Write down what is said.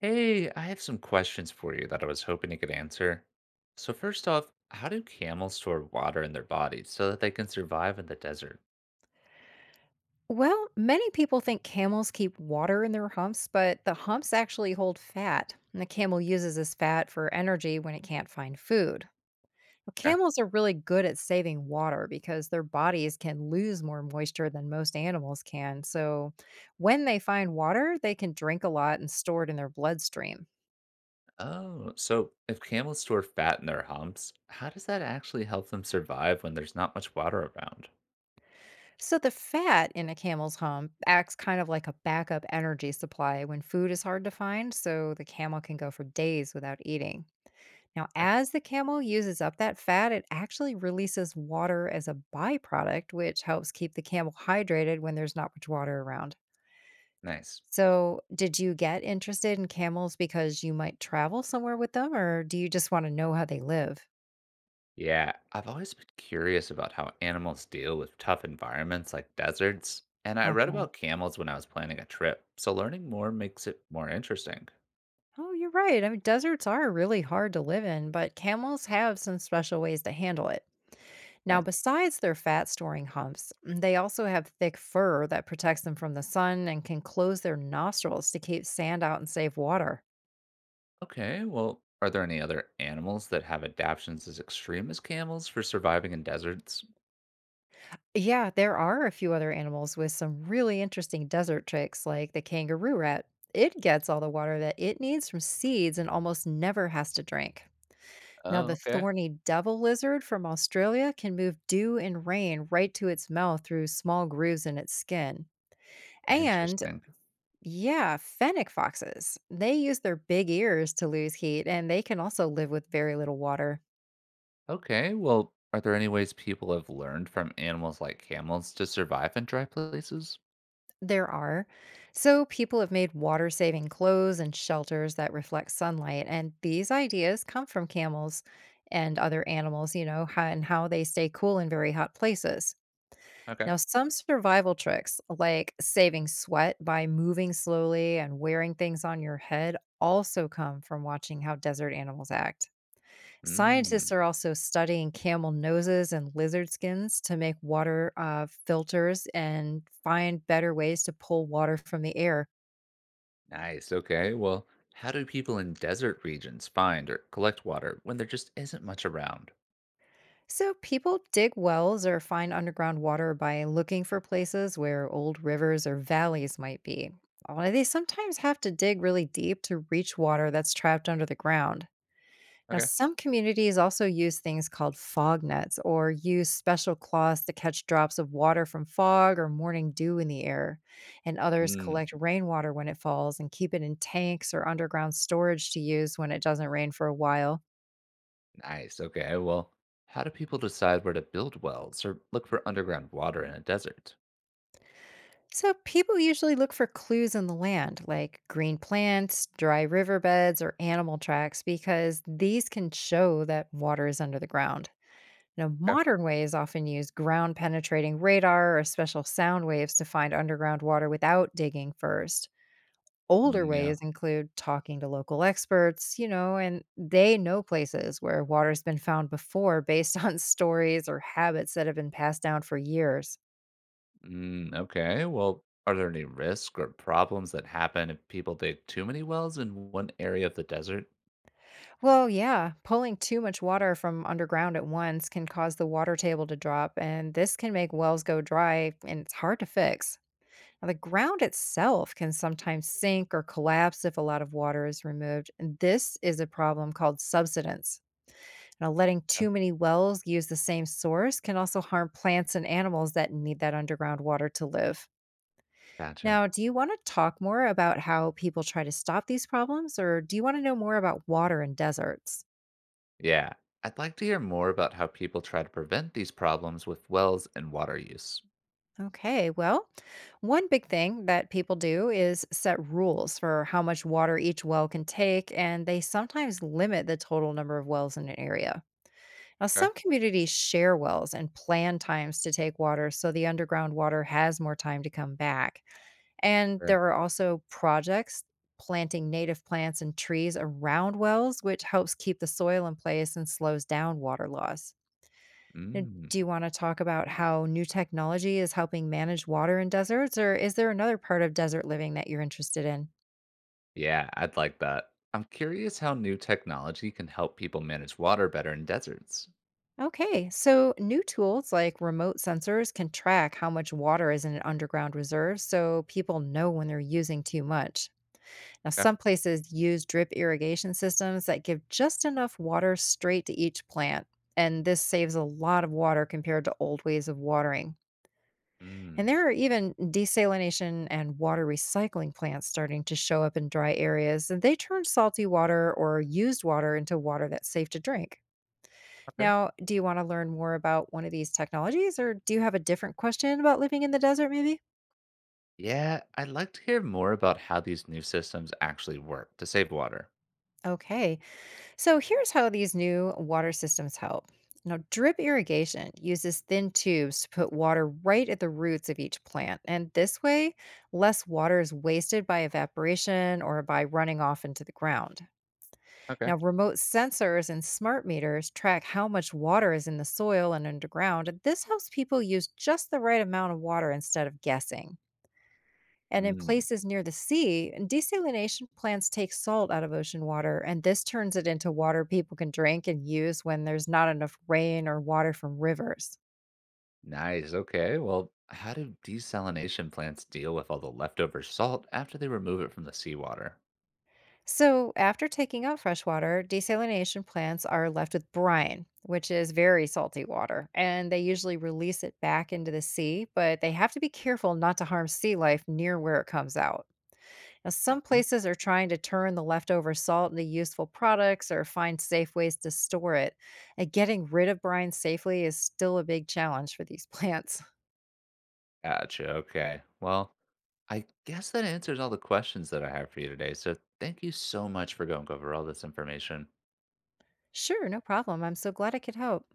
Hey, I have some questions for you that I was hoping you could answer. So, first off, how do camels store water in their bodies so that they can survive in the desert? Well, many people think camels keep water in their humps, but the humps actually hold fat, and the camel uses this fat for energy when it can't find food. Well, Okay. camels are really good at saving water because their bodies can lose more moisture than most animals can. So, when they find water, they can drink a lot and store it in their bloodstream. Oh, so if camels store fat in their humps, how does that actually help them survive when there's not much water around? So, the fat in a camel's hump acts kind of like a backup energy supply when food is hard to find, so the camel can go for days without eating. Now, Okay. as the camel uses up that fat, it actually releases water as a byproduct, which helps keep the camel hydrated when there's not much water around. Nice. So, did you get interested in camels because you might travel somewhere with them, or do you just want to know how they live? Yeah, I've always been curious about how animals deal with tough environments like deserts, and I read Uh-huh. about camels when I was planning a trip, so learning more makes it more interesting. Oh, you're right. I mean, deserts are really hard to live in, but camels have some special ways to handle it. Now, Nice. besides their fat storing humps, they also have thick fur that protects them from the sun and can close their nostrils to keep sand out and save water. Okay, well, are there any other animals that have adaptations as extreme as camels for surviving in deserts? Yeah, there are a few other animals with some really interesting desert tricks, like the kangaroo rat. It gets all the water that it needs from seeds and almost never has to drink. Now, Oh, the okay. thorny devil lizard from Australia can move dew and rain right to its mouth through small grooves in its skin. And Interesting. Yeah, fennec foxes. They use their big ears to lose heat and they can also live with very little water. Okay, well, are there any ways people have learned from animals like camels to survive in dry places? There are. So people have made water saving clothes and shelters that reflect sunlight. And these ideas come from camels and other animals, and how they stay cool in very hot places. Okay. Now, some survival tricks like saving sweat by moving slowly and wearing things on your head also come from watching how desert animals act. Scientists Mm, are also studying camel noses and lizard skins to make water filters and find better ways to pull water from the air. nice. Okay, well, how do people in desert regions find or collect water when there just isn't much around? So, people dig wells or find underground water by looking for places where old rivers or valleys might be. Although they sometimes have to dig really deep to reach water that's trapped under the ground. Now, Okay. some communities also use things called fog nets or use special cloths to catch drops of water from fog or morning dew in the air. And others Mm, collect rainwater when it falls and keep it in tanks or underground storage to use when it doesn't rain for a while. nice. Okay, well, how do people decide where to build wells or look for underground water in a desert? So, people usually look for clues in the land, like green plants, dry riverbeds, or animal tracks, because these can show that water is under the ground. Now, Okay. modern ways often use ground penetrating radar or special sound waves to find underground water without digging first. Older Mm, yeah. ways include talking to local experts, and they know places where water's been found before based on stories or habits that have been passed down for years. Mm, okay. Well, are there any risks or problems that happen if people dig too many wells in one area of the desert? Well, yeah, pulling too much water from underground at once can cause the water table to drop, and this can make wells go dry and it's hard to fix. Now, the ground itself can sometimes sink or collapse if a lot of water is removed. And this is a problem called subsidence. Now, letting Yeah. too many wells use the same source can also harm plants and animals that need that underground water to live. Gotcha. Now, do you want to talk more about how people try to stop these problems, or do you want to know more about water in deserts? Yeah. I'd like to hear more about how people try to prevent these problems with wells and water use. Okay, well, one big thing that people do is set rules for how much water each well can take, and they sometimes limit the total number of wells in an area. Now, Okay. some communities share wells and plan times to take water so the underground water has more time to come back. And Sure. there are also projects planting native plants and trees around wells, which helps keep the soil in place and slows down water loss. And Mm, do you want to talk about how new technology is helping manage water in deserts, or is there another part of desert living that you're interested in? yeah, I'd like that. I'm curious how new technology can help people manage water better in deserts. Okay, so new tools like remote sensors can track how much water is in an underground reserve so people know when they're using too much. Now, Okay. some places use drip irrigation systems that give just enough water straight to each plant, and this saves a lot of water compared to old ways of watering. And Mm, there are even desalination and water recycling plants starting to show up in dry areas, and they turn salty water or used water into water that's safe to drink. Okay. Now, do you want to learn more about one of these technologies, or do you have a different question about living in the desert, maybe? Yeah, I'd like to hear more about how these new systems actually work to save water. Okay, so here's how these new water systems help. Now, drip irrigation uses thin tubes to put water right at the roots of each plant, and this way, less water is wasted by evaporation or by running off into the ground. Okay. Now, remote sensors and smart meters track how much water is in the soil and underground, and this helps people use just the right amount of water instead of guessing. And in Mm. places near the sea, desalination plants take salt out of ocean water, and this turns it into water people can drink and use when there's not enough rain or water from rivers. Nice. Okay. Well, how do desalination plants deal with all the leftover salt after they remove it from the seawater? So, after taking out fresh water, desalination plants are left with brine, which is very salty water, and they usually release it back into the sea, but they have to be careful not to harm sea life near where it comes out. Now, some Hmm. places are trying to turn the leftover salt into useful products or find safe ways to store it. And getting rid of brine safely is still a big challenge for these plants. Gotcha. Okay. Well, I guess that answers all the questions that I have for you today. So thank you so much for going over all this information. Sure, no problem. I'm so glad I could help.